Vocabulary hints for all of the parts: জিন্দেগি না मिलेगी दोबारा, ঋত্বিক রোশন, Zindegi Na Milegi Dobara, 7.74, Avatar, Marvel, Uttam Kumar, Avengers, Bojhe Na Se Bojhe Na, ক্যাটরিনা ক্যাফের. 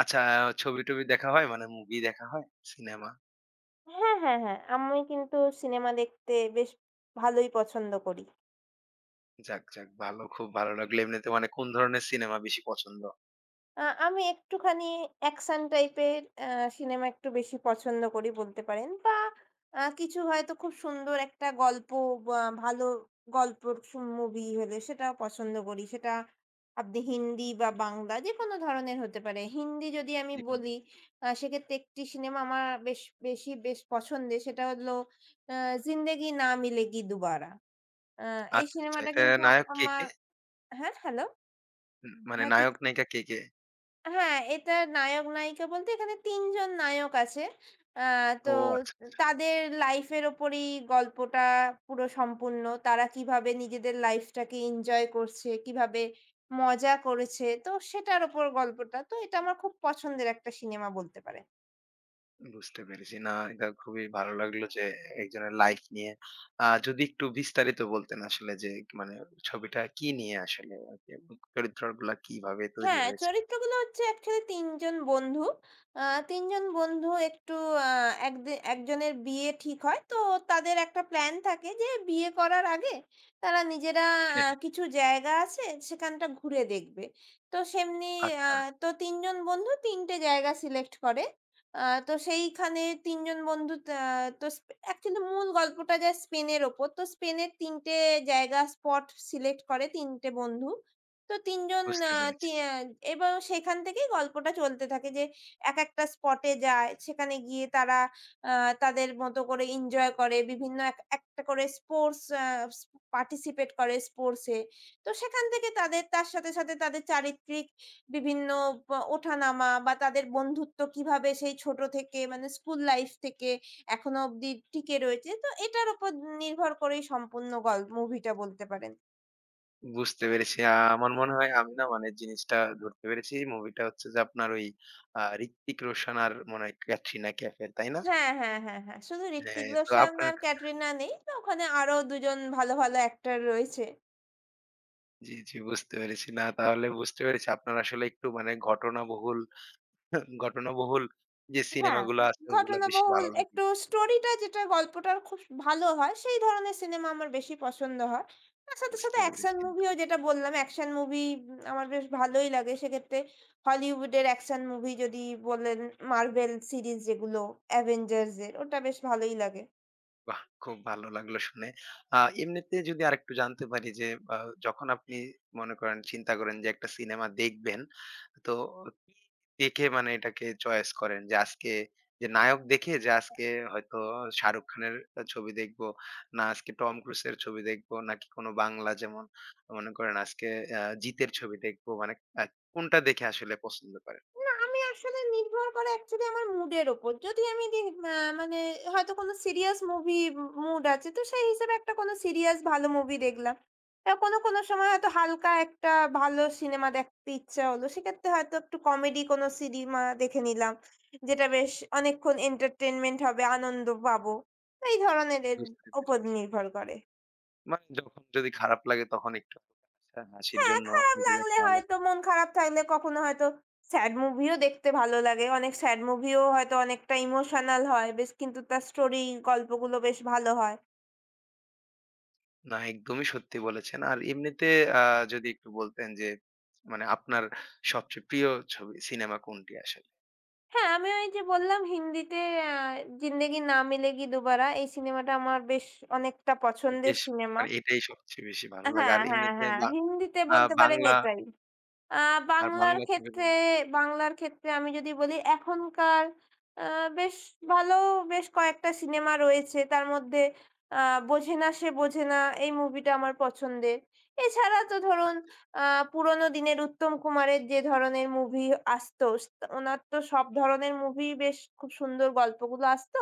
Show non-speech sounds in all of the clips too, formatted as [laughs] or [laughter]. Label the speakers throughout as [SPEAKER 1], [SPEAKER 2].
[SPEAKER 1] আচ্ছা, ছবি-টবি দেখা হয়? মানে movie দেখা হয়? Cinema?
[SPEAKER 2] হ্যাঁ, হ্যাঁ, হ্যাঁ। আমি কিন্তু সিনেমা দেখতে বেশ ভালোই পছন্দ করি।
[SPEAKER 1] যাক, যাক, ভালো, খুব ভালো লাগলো। এমনিতে মানে কোন ধরনের সিনেমা বেশি পছন্দ?
[SPEAKER 2] আমি একটুখানি অ্যাকশন টাইপের সিনেমা একটু বেশি পছন্দ করি বলতে পারেন বা কিছু হয়তো খুব সুন্দর একটা গল্প বা ভালো গল্পর মুভি হলে সেটাও পছন্দ করি। সেটা আপনি হিন্দি বা বাংলা যেকোনো ধরনের হতে পারে। হিন্দি যদি আমি
[SPEAKER 1] যেকোন।
[SPEAKER 2] বলি, সেক্ষেত্রে একটি সিনেমা আমার বেশ পছন্দের, সেটা হলো আ 'জিন্দেগি না মিলেগি দুবারা।' আ এই
[SPEAKER 1] আচ্ছা, আচ্ছা।
[SPEAKER 2] সিনেমাটা
[SPEAKER 1] এটা
[SPEAKER 2] কিন্তু
[SPEAKER 1] নায়ক কে,
[SPEAKER 2] আমার।
[SPEAKER 1] কে?
[SPEAKER 2] হ্যাঁ, হ্যালো?
[SPEAKER 1] মানে
[SPEAKER 2] হ্যাঁ, ঠিক।
[SPEAKER 1] নায়ক-নায়িকা কে, কে?
[SPEAKER 2] হ্যাঁ, এটার নায়ক-নায়িকা বলতে এখানে ৩ জন নায়ক আছে। আ তো
[SPEAKER 1] ও, আচ্ছা,
[SPEAKER 2] তাদের লাইফ এর উপরেই গল্পটা পুরো সম্পূর্ণ। তারা কিভাবে নিজেদের লাইফটাকে এনজয় করছে, কিভাবে মজা করেছে। তো সেটার উপর গল্পটা। তো এটা আমার খুব পছন্দের একটা সিনেমা বলতে পারেন।
[SPEAKER 1] বুঝতে পেরেছি। না, এটা খুবই ভালো লাগলো যে একজনের লাইফ নিয়ে। যদি একটু বিস্তারিত বলতেন আসলে যে মানে ছবিটা কি নিয়ে আসলে? চরিত্রগুলা কিভাবে তৈরি
[SPEAKER 2] হ্যাঁ,
[SPEAKER 1] হয়েছে?
[SPEAKER 2] চরিত্রগুলো হচ্ছে অ্যাকচুয়ালি ৩ জন বন্ধু। আ ৩ জন বন্ধু একটু, আ একদে একজনের বিয়ে ঠিক হয়। তো তাদের একটা প্ল্যান থাকে যে বিয়ে করার আগে তারা নিজেরা,
[SPEAKER 1] হ্যাঁ,
[SPEAKER 2] কিছু জায়গা আছে, সেখানটা ঘুরে দেখবে। তো সেমনি। আ
[SPEAKER 1] আচ্ছা,
[SPEAKER 2] তো ৩ জন বন্ধু ৩ টে জায়গা সিলেক্ট করে। আ তো সেইখানে ৩ জন বন্ধু তো, অ্যাকচুয়ালি মূল গল্পটা যায় স্পেনের ওপর। তো স্পেনের ৩ টে জায়গা স্পট সিলেক্ট করে ৩ টে বন্ধু। তো ৩ জন,
[SPEAKER 1] বুঝতে
[SPEAKER 2] আ তি
[SPEAKER 1] পেরেছি।
[SPEAKER 2] আ এবং সেখান থেকেই গল্পটা চলতে থাকে যে একেকটা স্পটে যায়। সেখানে গিয়ে তারা আ তাদের মতো করে এনজয় করে। বিভিন্ন এক একটা করে স্পোর্টস, পার্টিসিপেট করে স্পোর্টস এ। তো সেখান থেকে তাদের তার সাথে, সাথে তাদের চারিত্রিক বিভিন্ন ব ওঠানামা বা তাদের বন্ধুত্ব কিভাবে সেই ছোট থেকে, মানে স্কুল লাইফ থেকে এখনো অব্দি টিকে রয়েছে। তো এটার উপর নির্ভর করেই সম্পূর্ণ মুভিটা বলতে পারেন।
[SPEAKER 1] বুঝতে পেরেছি। আ আমার মনে হয় আমি না মানে জিনিসটা ধরতে পেরেছি। মুভিটা হচ্ছে যে আপনার ওই 'ঋত্বিক রোশন' আর মনে হয় 'ক্যাটরিনা ক্যাফের', তাই না?
[SPEAKER 2] হ্যাঁ, হ্যাঁ, হ্যাঁ, হ্যাঁ। শুধু ঋত্বিক
[SPEAKER 1] হ্যাঁ, তো
[SPEAKER 2] রোশন
[SPEAKER 1] আপনার
[SPEAKER 2] আর ক্যাটরিনা নেই। ওখানে আরো ২ জন ভালো, ভালো অ্যাক্টর রয়েছে।
[SPEAKER 1] জি, জি, বুঝতে পেরেছি। না, তাহলে বুঝতে পেরেছি আপনার আসলে একটু মানে ঘটনাবহুল [laughs] ঘটনাবহুল যে
[SPEAKER 2] হ্যাঁ,
[SPEAKER 1] সিনেমাগুলো আছে ওগুলা বেশি
[SPEAKER 2] ঘটনাবহুল
[SPEAKER 1] ভালো লাগে।
[SPEAKER 2] একটু স্টোরিটা, যেটা গল্পটার খুব ভালো হয়, সেই ধরনের সিনেমা আমার বেশি পছন্দ হয়। তার সাথে, সাথে
[SPEAKER 1] বুঝতে
[SPEAKER 2] অ্যাকশন
[SPEAKER 1] পেরেছি।
[SPEAKER 2] মুভিও, যেটা বললাম, অ্যাকশন মুভি আমার বেশ ভালোই লাগে। সেক্ষেত্রে হলিউডের অ্যাকশন মুভি যদি বলেন, মার্ভেল সিরিজ যেগুলো, অ্যাভেঞ্জার্স এর ওটা বেশ ভালোই লাগে।
[SPEAKER 1] বাহ! খুব ভালো লাগলো শুনে। এমনিতে যদি আরেকটু জানতে পারি যে আ যখন আপনি মনে করেন, চিন্তা করেন যে একটা সিনেমা দেখবেন, তো কি দেখে মানে এটাকে চয়েস করেন? যে আজকে যে নায়ক দেখে, যে আজকে হয়তো শাহরুখ খানের ছবি দেখব, না আজকে টম ক্রুজের ছবি দেখব, নাকি কোনো বাংলা, যেমন মনে করেন আজকে জিতের ছবি দেখব। মানে আ কোনটা দেখে আসলে পছন্দ করেন?
[SPEAKER 2] না, আমি আসলে নির্ভর করে অ্যাকচুয়ালি আমার মুডের উপর। যদি আমি, দি আ মানে হয়তো কোনো সিরিয়াস মুভি মুড আছে তো সেই হিসেবে একটা কোনো সিরিয়াস ভালো মুভি দেখলাম। কোনো, কোনো সময় হয়তো হালকা একটা ভালো সিনেমা দেখতে ইচ্ছা হলো। সেক্ষেত্রে হয়তো একটু কমেডি কোনো সিনেমা দেখে নিলাম। যেটা বেশ অনেকক্ষণ এন্টারটেইনমেন্ট হবে, আনন্দ পাবো। তো এই ধরনের এর
[SPEAKER 1] বুঝতে
[SPEAKER 2] উপর
[SPEAKER 1] পেরেছি।
[SPEAKER 2] নির্ভর করে।
[SPEAKER 1] মানে যখন যদি খারাপ লাগে তখন একটু, আচ্ছা, হাসির
[SPEAKER 2] হ্যাঁ,
[SPEAKER 1] জন্য
[SPEAKER 2] খারাপ
[SPEAKER 1] এটা
[SPEAKER 2] লাগলে
[SPEAKER 1] দেখেন আবার।
[SPEAKER 2] হয়তো মন খারাপ থাকলে কখনো হয়তো স্যাড মুভিও দেখতে ভালো লাগে। অনেক স্যাড মুভিও হয়তো অনেকটা ইমোশনাল হয় বেশ, কিন্তু তার স্টোরি, গল্পগুলো বেশ ভালো হয়।
[SPEAKER 1] না, একদমই সত্যি বলেছেন। আর এমনিতে আ যদি একটু বলতেন যে মানে আপনার সবচেয়ে প্রিয় ছবি, সিনেমা কোনটি আসলে?
[SPEAKER 2] হ্যাঁ, আমি ওই যে বললাম হিন্দিতে, আ 'জিন্দেগি না মিলেগি দুবারা' এই সিনেমাটা আমার বেশ অনেকটা পছন্দের
[SPEAKER 1] বেশ,
[SPEAKER 2] সিনেমা।
[SPEAKER 1] মানে এটাই সবচেয়ে বেশি ভালো লাগে।
[SPEAKER 2] হ্যাঁ,
[SPEAKER 1] আর
[SPEAKER 2] হ্যাঁ,
[SPEAKER 1] এমনিতে
[SPEAKER 2] হ্যাঁ।
[SPEAKER 1] বা
[SPEAKER 2] হিন্দিতে বলতে পারেন
[SPEAKER 1] বাংলা,
[SPEAKER 2] এটাই। আ
[SPEAKER 1] আর
[SPEAKER 2] বাংলার
[SPEAKER 1] বাংলা
[SPEAKER 2] ক্ষেত্রে
[SPEAKER 1] ছবিগুলো?
[SPEAKER 2] বাংলার ক্ষেত্রে আমি যদি বলি এখনকার, আ বেশ ভালো, বেশ কয়েকটা সিনেমা রয়েছে। তার মধ্যে, আ 'বোঝে না সে বোঝে না' এই মুভিটা আমার পছন্দের। এছাড়া তো ধরুন, আ পুরোনো দিনের উত্তম কুমারের যে ধরনের মুভি আসতো, ওনার তো সব ধরনের মুভি বেশ খুব সুন্দর, গল্পগুলো আসতো।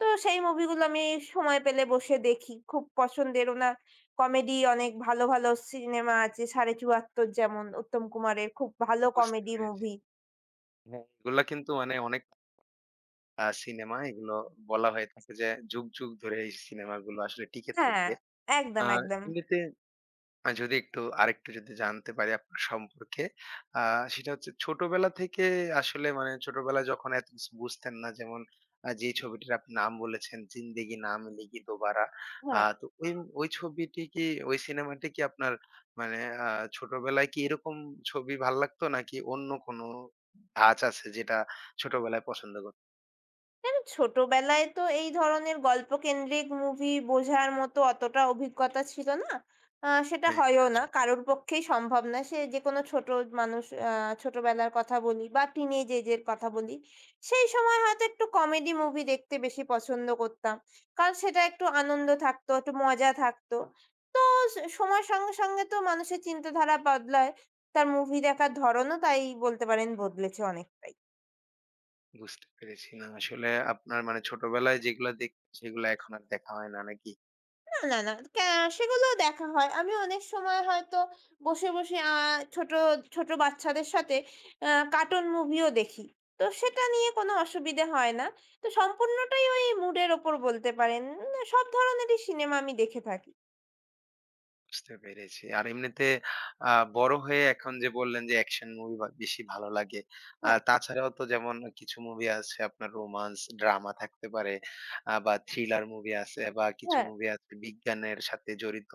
[SPEAKER 2] তো সেই মুভিগুলো আমি সময় পেলে বসে দেখি। খুব পছন্দের ওনার কমেডি, অনেক ভালো, ভালো সিনেমা আছে। '৭.৭৪' যেমন উত্তম কুমারের খুব ভালো
[SPEAKER 1] বুঝতে
[SPEAKER 2] কমেডি
[SPEAKER 1] পেরেছি।
[SPEAKER 2] মুভি।
[SPEAKER 1] হ্যাঁ, এগুলা কিন্তু মানে অনেক সিনেমা, এগুলো বলা হয়ে থাকে যে যুগ, যুগ ধরে এই সিনেমাগুলো আসলে টিকে
[SPEAKER 2] হ্যাঁ,
[SPEAKER 1] থাকবে।
[SPEAKER 2] একদম,
[SPEAKER 1] আর
[SPEAKER 2] একদম।
[SPEAKER 1] এমনিতে যদি একটু আরেকটু যদি জানতে পারি আপনার সম্পর্কে, আ সেটা হচ্ছে ছোটবেলা থেকে আসলে মানে ছোটবেলায় যখন এত কিছু বুঝতেন না, যেমন যে ছবিটির আপনি নাম বলেছেন, 'জিন্দেগি না মিলেগি দোবারা',
[SPEAKER 2] হ্যাঁ।
[SPEAKER 1] তো ওই ওই ছবিটি কি, ওই সিনেমাটি কি আপনার মানে আ ছোটবেলায় কি এরকম ছবি ভাল লাগতো, নাকি অন্য কোনো ধাঁচ আছে যেটা ছোটবেলায় পছন্দ করতেন?
[SPEAKER 2] দেখো, ছোটবেলায় তো এই ধরনের গল্পকেন্দ্রিক মুভি বোঝার মতো অতটা অভিজ্ঞতা ছিল না। সেটা
[SPEAKER 1] হ্যাঁ, হ্যাঁ,
[SPEAKER 2] হয়ও না।
[SPEAKER 1] আসলে
[SPEAKER 2] কারোর পক্ষেই সম্ভব না। সে যেকোনো ছোট মানুষ, আ ছোটবেলার কথা বলি বা টিনেজ এজ এর কথা বলি। সেই সময় হয়তো একটু কমেডি মুভি দেখতে বেশি পছন্দ করতাম। কারণ সেটা একটু আনন্দ থাকতো, একটু মজা থাকতো। তো সময়ের সঙ্গে, সঙ্গে তো মানুষের চিন্তাধারা বদলায়। তার মুভি দেখার ধরনও তাই বলতে পারেন বদলেছে অনেকটাই।
[SPEAKER 1] বুঝতে পেরেছি। না, আসলে আপনার মানে ছোটবেলায় যেগুলা দেখতেন সেগুলা এখন আর দেখা হয় না নাকি?
[SPEAKER 2] না, না, না। সেগুলো দেখা হয়। আমি অনেক সময় হয়তো বসে, বসে, ছোট, ছোট বাচ্চাদের সাথে, আ কার্টুন মুভিও দেখি। তো সেটা নিয়ে কোনো অসুবিধে হয় না। তো সম্পূর্ণটাই ওই মুডের ওপর বলতে পারেন। সব ধরনেরই সিনেমা আমি দেখে থাকি।
[SPEAKER 1] বুঝতে পেরেছি। আর এমনিতে আ বড় হয়ে এখন যে বললেন যে অ্যাকশন মুভি বা বেশি ভালো লাগে।
[SPEAKER 2] হ্যাঁ,
[SPEAKER 1] তাছাড়াও তো যেমন কিছু মুভি আছে আপনার রোমান্স, ড্রামা থাকতে পারে, বা থ্রিলার মুভি আছে, বা কিছু
[SPEAKER 2] হ্যাঁ,
[SPEAKER 1] মুভি আছে বিজ্ঞানের সাথে জড়িত,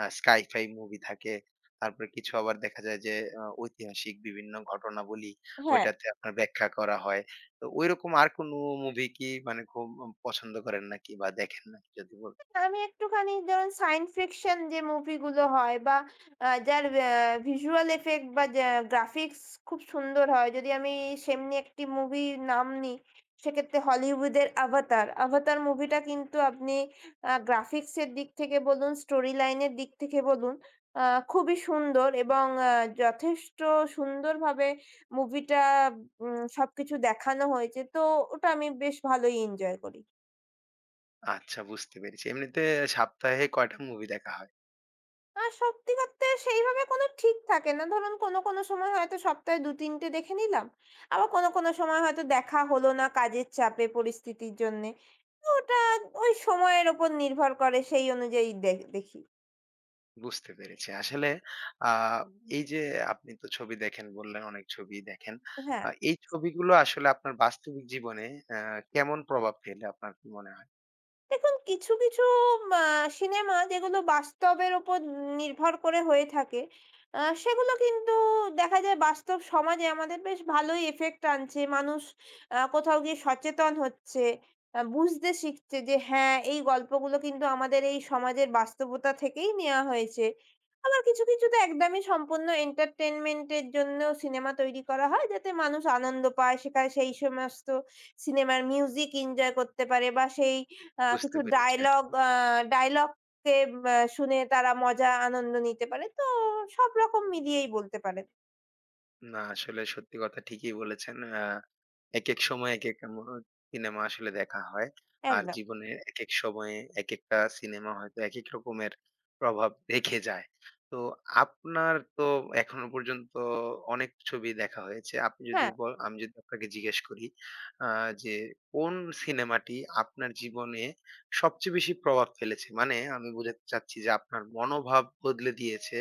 [SPEAKER 1] স্কাই-ফাই মুভি থাকে। তারপরে কিছু আবার দেখা যায় যে ঐতিহাসিক বিভিন্ন ঘটনাবলী
[SPEAKER 2] হ্যাঁ।
[SPEAKER 1] ওইটাতে আপনার ব্যাখ্যা করা হয়। তো ঐরকম আর কোনো মুভি কি মানে খুব পছন্দ করেন নাকি বা দেখেন নাকি যদি বল।
[SPEAKER 2] আমি একটুখানি ধরুন সায়েন্স ফিকশন, যে মুভিগুলো হয়, বা যার, ভিজুয়াল ইফেক্ট বা গ্রাফিক্স খুব সুন্দর হয়। যদি আমি সেমনি একটি মুভির নাম নিই, সেক্ষেত্রে হলিউডের 'Avatar'। 'Avatar' মুভিটা কিন্তু আপনি গ্রাফিক্স এর দিক থেকে বলুন, স্টোরি লাইন এর দিক থেকে বলুন, আ খুবই সুন্দর এবং যথেষ্ট সুন্দরভাবে মুভিটা, সবকিছু দেখানো হয়েছে। তো ওটা আমি বেশ ভালোই এনজয় করি।
[SPEAKER 1] আচ্ছা, বুঝতে পেরেছি। এমনিতে সপ্তাহে কয়টা মুভি দেখা হয়?
[SPEAKER 2] সত্যি করতে সেইভাবে কোনো ঠিক থাকে না। ধরুন কোনো, কোনো সময় হয়তো সপ্তাহে ২-৩ টে দেখে নিলাম। আবার কোনো, কোনো সময় হয়তো দেখা হলো না কাজের চাপে, পরিস্থিতির জন্যে। তো ওটা ওই সময়ের উপর নির্ভর করে সেই অনুযায়ী দেখি।
[SPEAKER 1] বুঝতে পেরেছি। আসলে আ এই যে আপনি তো ছবি দেখেন বললেন, অনেক ছবিই দেখেন।
[SPEAKER 2] হ্যাঁ।
[SPEAKER 1] এই ছবিগুলো আসলে আপনার বাস্তবিক জীবনে অ্যা কেমন প্রভাব ফেলে, আপনার কি মনে হয়?
[SPEAKER 2] দেখুন কিছু, কিছু মা সিনেমা যেগুলো বাস্তবের উপর নির্ভর করে হয়ে থাকে, সেগুলো কিন্তু দেখা যায় বাস্তব সমাজে আমাদের বেশ ভালোই ইফেক্ট আনছে। মানুষ কোথাও গিয়ে সচেতন হচ্ছে। বুঝতে শিখছে যে হ্যাঁ, এই গল্পগুলো কিন্তু আমাদের এই সমাজের বাস্তবতা থেকেই নেয়া হয়েছে। আবার কিছু, কিছু তো একদমই সম্পূর্ণ entertainment এর জন্য সিনেমা তৈরি করা হয় যাতে মানুষ আনন্দ পায়। সেখানে সেই সমস্ত সিনেমার মিউজিক এনজয় করতে পারে বা সেই,
[SPEAKER 1] বুঝতে
[SPEAKER 2] কিছু
[SPEAKER 1] পেরেছি।
[SPEAKER 2] ডায়ালগ কে শুনে তারা মজা, আনন্দ নিতে পারে। তো সব রকম মিলিয়েই বলতে পারেন।
[SPEAKER 1] না, আসলে সত্যি কথা ঠিকই বলেছেন। একেক সময় একেক সিনেমা আসলে দেখা হয়। আর
[SPEAKER 2] একদম।
[SPEAKER 1] জীবনে একেক সময়ে একেকটা সিনেমা হয়তো একেক রকমের প্রভাব রেখে যায়। তো আপনার তো এখনো পর্যন্ত অনেক ছবি দেখা হয়েছে। আপনি যদি
[SPEAKER 2] হ্যাঁ,
[SPEAKER 1] ব আমি যদি আপনাকে জিজ্ঞেস করি আ যে কোন সিনেমাটি আপনার জীবনে সবচেয়ে বেশি প্রভাব ফেলেছে? মানে আমি বোঝাতে চাচ্ছি যে আপনার মনোভাব বদলে দিয়েছে,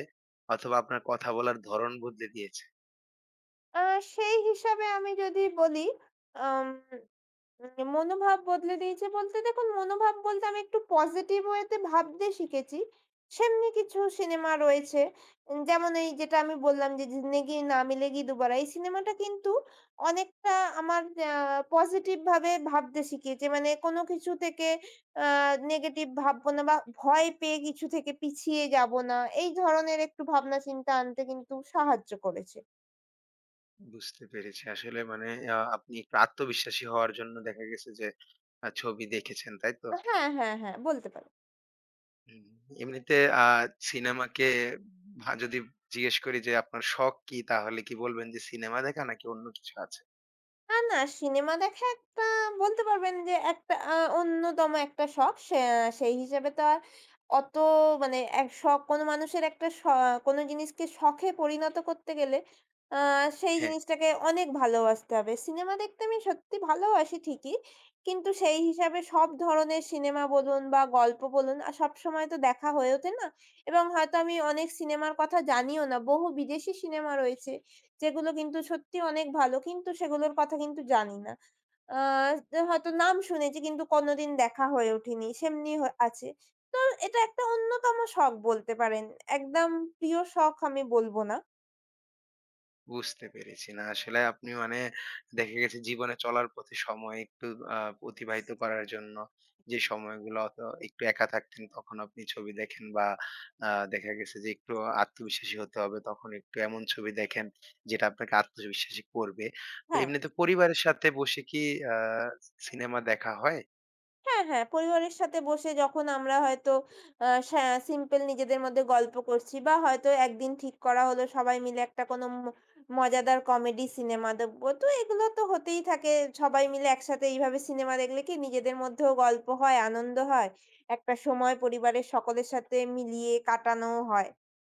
[SPEAKER 1] অথবা আপনার কথা বলার ধরন বদলে দিয়েছে?
[SPEAKER 2] আ সেই হিসাবে আমি যদি বলি, আম উম মনোভাব বদলে দিয়েছে বলতে, দেখুন, মনোভাব বলতে আমি একটু পজিটিভ ওয়েতে ভাবতে শিখেছি। সেমনি কিছু সিনেমা রয়েছে। যেমন এই যেটা আমি বললাম যে, 'জিন্দেগি না মিলেগি দুবারা' এই সিনেমাটা কিন্তু অনেকটা আমার, আ পজিটিভ ভাবে ভাবতে শিখিয়েছে। মানে কোনো কিছু থেকে আ নেগেটিভ ভাববো না বা ভয় পেয়ে কিছু থেকে পিছিয়ে যাবো না। এই ধরনের একটু ভাবনা চিন্তা আনতে কিন্তু সাহায্য করেছে।
[SPEAKER 1] বুঝতে পেরেছি। আসলে মানে আপনি একটু আত্মবিশ্বাসী হওয়ার জন্য দেখা গেছে যে ছবি দেখেছেন, তাই তো?
[SPEAKER 2] হ্যাঁ, হ্যাঁ, হ্যাঁ বলতে পারেন।
[SPEAKER 1] হুম। এমনিতে আ সিনেমাকে যদি জিজ্ঞেস করি যে আপনার শখ কি? তাহলে কি বলবেন যে সিনেমা দেখা, নাকি অন্য কিছু আছে?
[SPEAKER 2] না, না, সিনেমা দেখা একটা, বলতে পারবেন যে একটা অন্যতম একটা শখ। সেই হিসেবে তো আর অত, মানে এক শখ, কোনো মানুষের একটা কোনো জিনিসকে শখে পরিণত করতে গেলে, আ সেই
[SPEAKER 1] হ্যাঁ।
[SPEAKER 2] জিনিসটাকে অনেক ভালোবাসতে হবে। সিনেমা দেখতে আমি সত্যি ভালোবাসি ঠিকই। কিন্তু সেই হিসাবে সব ধরনের সিনেমা বলুন বা গল্প বলুন, সবসময় তো দেখা হয়ে ওঠে না। এবং হয়তো আমি অনেক সিনেমার কথা জানিও না। বহু বিদেশি সিনেমা রয়েছে যেগুলো কিন্তু সত্যি অনেক ভালো। কিন্তু সেগুলোর কথা কিন্তু জানি না। আ হয়তো নাম শুনেছি কিন্তু কোনোদিন দেখা হয়ে ওঠেনি। সেমনি আছে। তো এটা একটা অন্যতম শখ বলতে পারেন। একদম প্রিয় শখ আমি বলব না।
[SPEAKER 1] বুঝতে পেরেছি। না, আসলে আপনি মানে দেখা গেছে জীবনে চলার পথে সময় একটু আ অতিবাহিত করার জন্য যে সময়গুলো অত একটু একা থাকতেন তখন আপনি ছবি দেখেন, বা আ দেখা গেছে যে একটু আত্মবিশ্বাসী হতে হবে তখন একটু এমন ছবি দেখেন যেটা আপনাকে আত্মবিশ্বাসী করবে। তো
[SPEAKER 2] হ্যাঁ।
[SPEAKER 1] এমনিতে পরিবারের সাথে বসে কি আ সিনেমা দেখা হয়?
[SPEAKER 2] হ্যাঁ, হ্যাঁ। পরিবারের সাথে বসে যখন আমরা হয়তো, আ সা সিম্পল নিজেদের মধ্যে গল্প করছি বা হয়তো একদিন ঠিক করা হলো সবাই মিলে একটা কোনো মজাদার কমেডি সিনেমা দেখব। তো এগুলো তো হতেই থাকে। সবাই মিলে একসাথে এইভাবে সিনেমা দেখলে কি নিজেদের মধ্যেও গল্প হয়, আনন্দ হয়। একটা সময় পরিবারের সকলের সাথে মিলিয়ে কাটানোও হয়।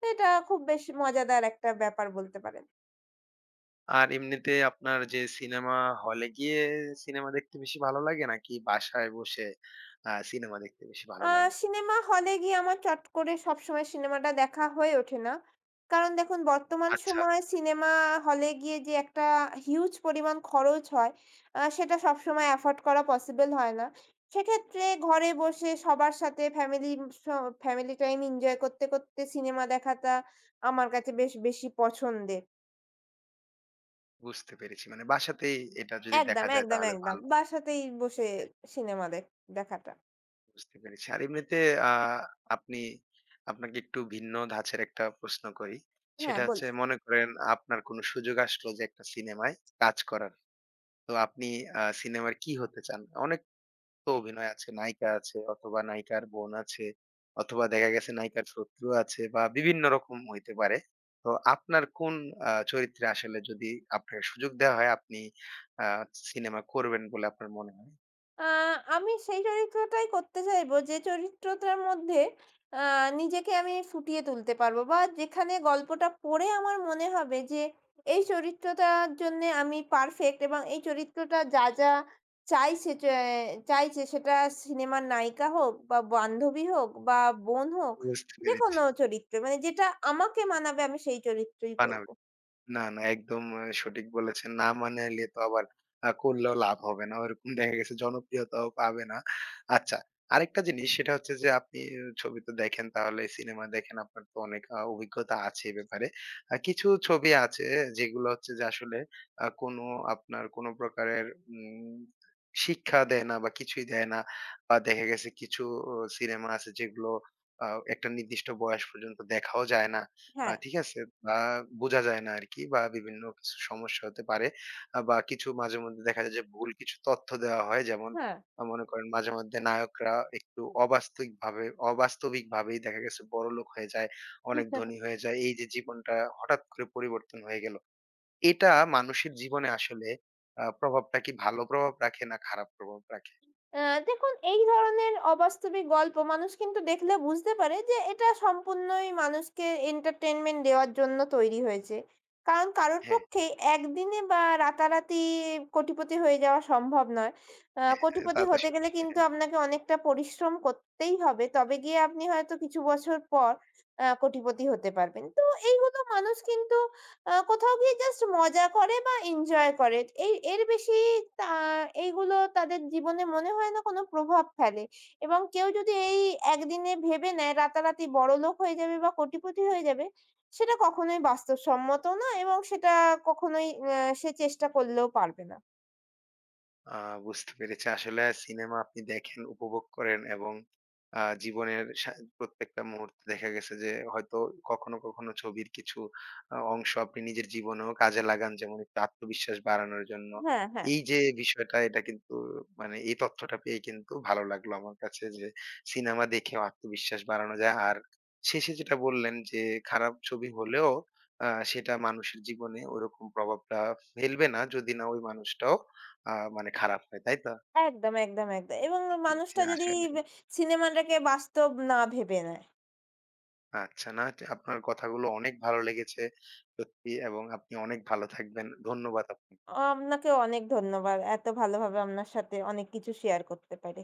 [SPEAKER 2] তো এটা খুব বেশ মজাদার একটা ব্যাপার বলতে পারেন।
[SPEAKER 1] আর এমনিতে আপনার যে সিনেমা হলে গিয়ে সিনেমা দেখতে বেশি ভালো লাগে, নাকি বাসায় বসে সিনেমা দেখতে বেশি ভালো
[SPEAKER 2] আ
[SPEAKER 1] লাগে?
[SPEAKER 2] সিনেমা হলে গিয়ে আমার চট করে সবসময় সিনেমাটা দেখা হয়ে ওঠে না। কারণ দেখুন বর্তমান
[SPEAKER 1] আচ্ছা।
[SPEAKER 2] সময়ে সিনেমা হলে গিয়ে যে একটা হিউজ পরিমাণ খরচ হয়, সেটা সবসময় এফোর্ড করা পসিবল হয় না। সেক্ষেত্রে ঘরে বসে সবার সাথে স ফ্যামিলি টাইম এনজয় করতে, করতে সিনেমা দেখাটা আমার কাছে বেশ বেশি পছন্দের।
[SPEAKER 1] বুঝতে পেরেছি। মানে বাসাতেই এটা যদি
[SPEAKER 2] একদম,
[SPEAKER 1] দেখা যায়
[SPEAKER 2] একদম,
[SPEAKER 1] তাহলে
[SPEAKER 2] একদম।
[SPEAKER 1] ভালো।
[SPEAKER 2] বাসাতেই বসে
[SPEAKER 1] হ্যাঁ,
[SPEAKER 2] সিনেমা দেখাটা।
[SPEAKER 1] বুঝতে পেরেছি। আর এমনিতে আ আপনি আপনাকে একটু ভিন্ন ধাঁচের একটা প্রশ্ন করি।
[SPEAKER 2] হ্যাঁ,
[SPEAKER 1] সেটা
[SPEAKER 2] বল
[SPEAKER 1] হচ্ছে, মনে করেন আপনার কোনো সুযোগ আসলো যে একটা সিনেমায় কাজ করার। তো আপনি সিনেমার কি হতে চান? অনেক তো অভিনয় আছে, নায়িকা আছে, অথবা নায়িকার বোন আছে, অথবা দেখা গেছে নায়িকার শত্রু আছে, বা বিভিন্ন রকম হইতে পারে। তো আপনার কোন চরিত্রে আসলে যদি আপনাকে সুযোগ দেওয়া হয়, আপনি আ সিনেমা করবেন বলে আপনার মনে হয়?
[SPEAKER 2] আ আমি সেই চরিত্রটাই করতে চাইবো, যে চরিত্রটার মধ্যে আ নিজেকে আমি ফুটিয়ে তুলতে পারবো বা যেখানে গল্পটা পড়ে আমার মনে হবে যে এই চরিত্রটার জন্যে আমি পারফেক্ট, এবং এই চরিত্রটা যা, যা চাইছে, চাইছে, সেটা সিনেমার নায়িকা হোক বা বান্ধবী হোক বা বোন হোক,
[SPEAKER 1] বুঝতে পেরেছি।
[SPEAKER 2] যেকোনো চরিত্র, মানে যেটা আমাকে মানাবে আমি সেই চরিত্রই করবো।
[SPEAKER 1] বানাবেন। না, না, একদম সঠিক বলেছেন। না মানাইলে তো আবার করলেও লাভ হবে না। ওরকম দেখা গেছে জনপ্রিয়তাও পাবে না। আচ্ছা, আরেকটা জিনিস, সেটা হচ্ছে যে আপনি ছবি তো দেখেন, তাহলে সিনেমা দেখেন, আপনার তো অনেক অভিজ্ঞতা আছে এ ব্যাপারে। কিছু ছবি আছে যেগুলো হচ্ছে যে আসলে আ কোনো আপনার কোনো প্রকারের উম শিক্ষা দেয় না, বা কিছুই দেয় না। বা দেখা গেছে কিছু সিনেমা আছে যেগুলো আ একটা নির্দিষ্ট বয়স পর্যন্ত দেখাও যায় না।
[SPEAKER 2] হ্যাঁ,
[SPEAKER 1] ঠিক আছে? বা বোঝা যায় না আরকি, বা বিভিন্ন কিছু সমস্যা হতে পারে। বা কিছু মাঝেমধ্যে দেখা যায় যে ভুল কিছু তথ্য দেওয়া হয়। যেমন
[SPEAKER 2] হ্যাঁ।
[SPEAKER 1] মনে করেন মাঝে মধ্যে নায়করা একটু অবাস্তবিকভাবেই দেখা গেছে বড়লোক হয়ে যায়, অনেক ধনী হয়ে যায়। এই যে জীবনটা হঠাৎ করে পরিবর্তন হয়ে গেল, এটা মানুষের জীবনে আসলে প্রভাবটা কি ভালো প্রভাব রাখে, না খারাপ প্রভাব রাখে?
[SPEAKER 2] আ দেখুন এই ধরনের অবাস্তবিক গল্প মানুষ কিন্তু দেখলে বুঝতে পারে যে এটা সম্পূর্ণই মানুষকে entertainment দেওয়ার জন্য তৈরি হয়েছে। কারণ কারোর
[SPEAKER 1] হ্যাঁ,
[SPEAKER 2] পক্ষে একদিনে বা রাতারাতি কোটিপতি হয়ে যাওয়া সম্ভব নয়।
[SPEAKER 1] হ্যাঁ, তা
[SPEAKER 2] কোটিপতি
[SPEAKER 1] তো
[SPEAKER 2] হতে
[SPEAKER 1] আসলে,
[SPEAKER 2] গেলে কিন্তু
[SPEAKER 1] হ্যাঁ।
[SPEAKER 2] আপনাকে অনেকটা পরিশ্রম করতেই হবে। তবে গিয়ে আপনি হয়তো কিছু বছর পর কোটিপতি হতে পারবেন। তো এইগুলো মানুষ কিন্তু কোথাও গিয়ে জাস্ট মজা করে বা এনজয় করে। এই এর বেশি তা এইগুলো তাদের জীবনে মনে হয় না কোনো প্রভাব ফেলে। এবং কেউ যদি এই একদিনে ভেবে নেয় রাতারাতি বড়লোক হয়ে যাবে বা কোটিপতি হয়ে যাবে, সেটা কখনোই বাস্তবসম্মত না, এবং সেটা কখনোই, আ সে চেষ্টা করলেও পারবে না।
[SPEAKER 1] আ বুঝতে পেরেছি। আসলে সিনেমা আপনি দেখেন, উপভোগ করেন, এবং আ জীবনের সা প্রত্যেকটা মুহূর্তে দেখা গেছে যে হয়তো কখনো, কখনো ছবির কিছু অংশ আপনি নিজের জীবনেও কাজে লাগান, যেমন একটু আত্মবিশ্বাস বাড়ানোর জন্য।
[SPEAKER 2] হ্যাঁ, হ্যাঁ।
[SPEAKER 1] এই যে বিষয়টা, এটা কিন্তু মানে এই তথ্যটা পেয়ে কিন্তু ভালো লাগলো আমার কাছে, যে সিনেমা দেখেও আত্মবিশ্বাস বাড়ানো যায়। আর শেষে যেটা বললেন যে খারাপ ছবি হলেও সেটা মানুষের জীবনে ওরকম প্রভাবটা ফেলবে না যদি না ওই মানুষটাও আ মানে খারাপ হয়, তাই তো?
[SPEAKER 2] একদম, একদম, একদম। এবং
[SPEAKER 1] জি, জি,
[SPEAKER 2] মানুষটা যদি
[SPEAKER 1] আসলে।
[SPEAKER 2] বে সিনেমাটাকে বাস্তব না ভেবে নেয়।
[SPEAKER 1] আচ্ছা, না আপনার কথাগুলো অনেক ভালো লেগেছে সত্যি, এবং আপনি অনেক ভালো থাকবেন। ধন্যবাদ আপনাকে।
[SPEAKER 2] আপনাকে অনেক ধন্যবাদ। এত ভালোভাবে আপনার সাথে অনেক কিছু শেয়ার করতে পেরে।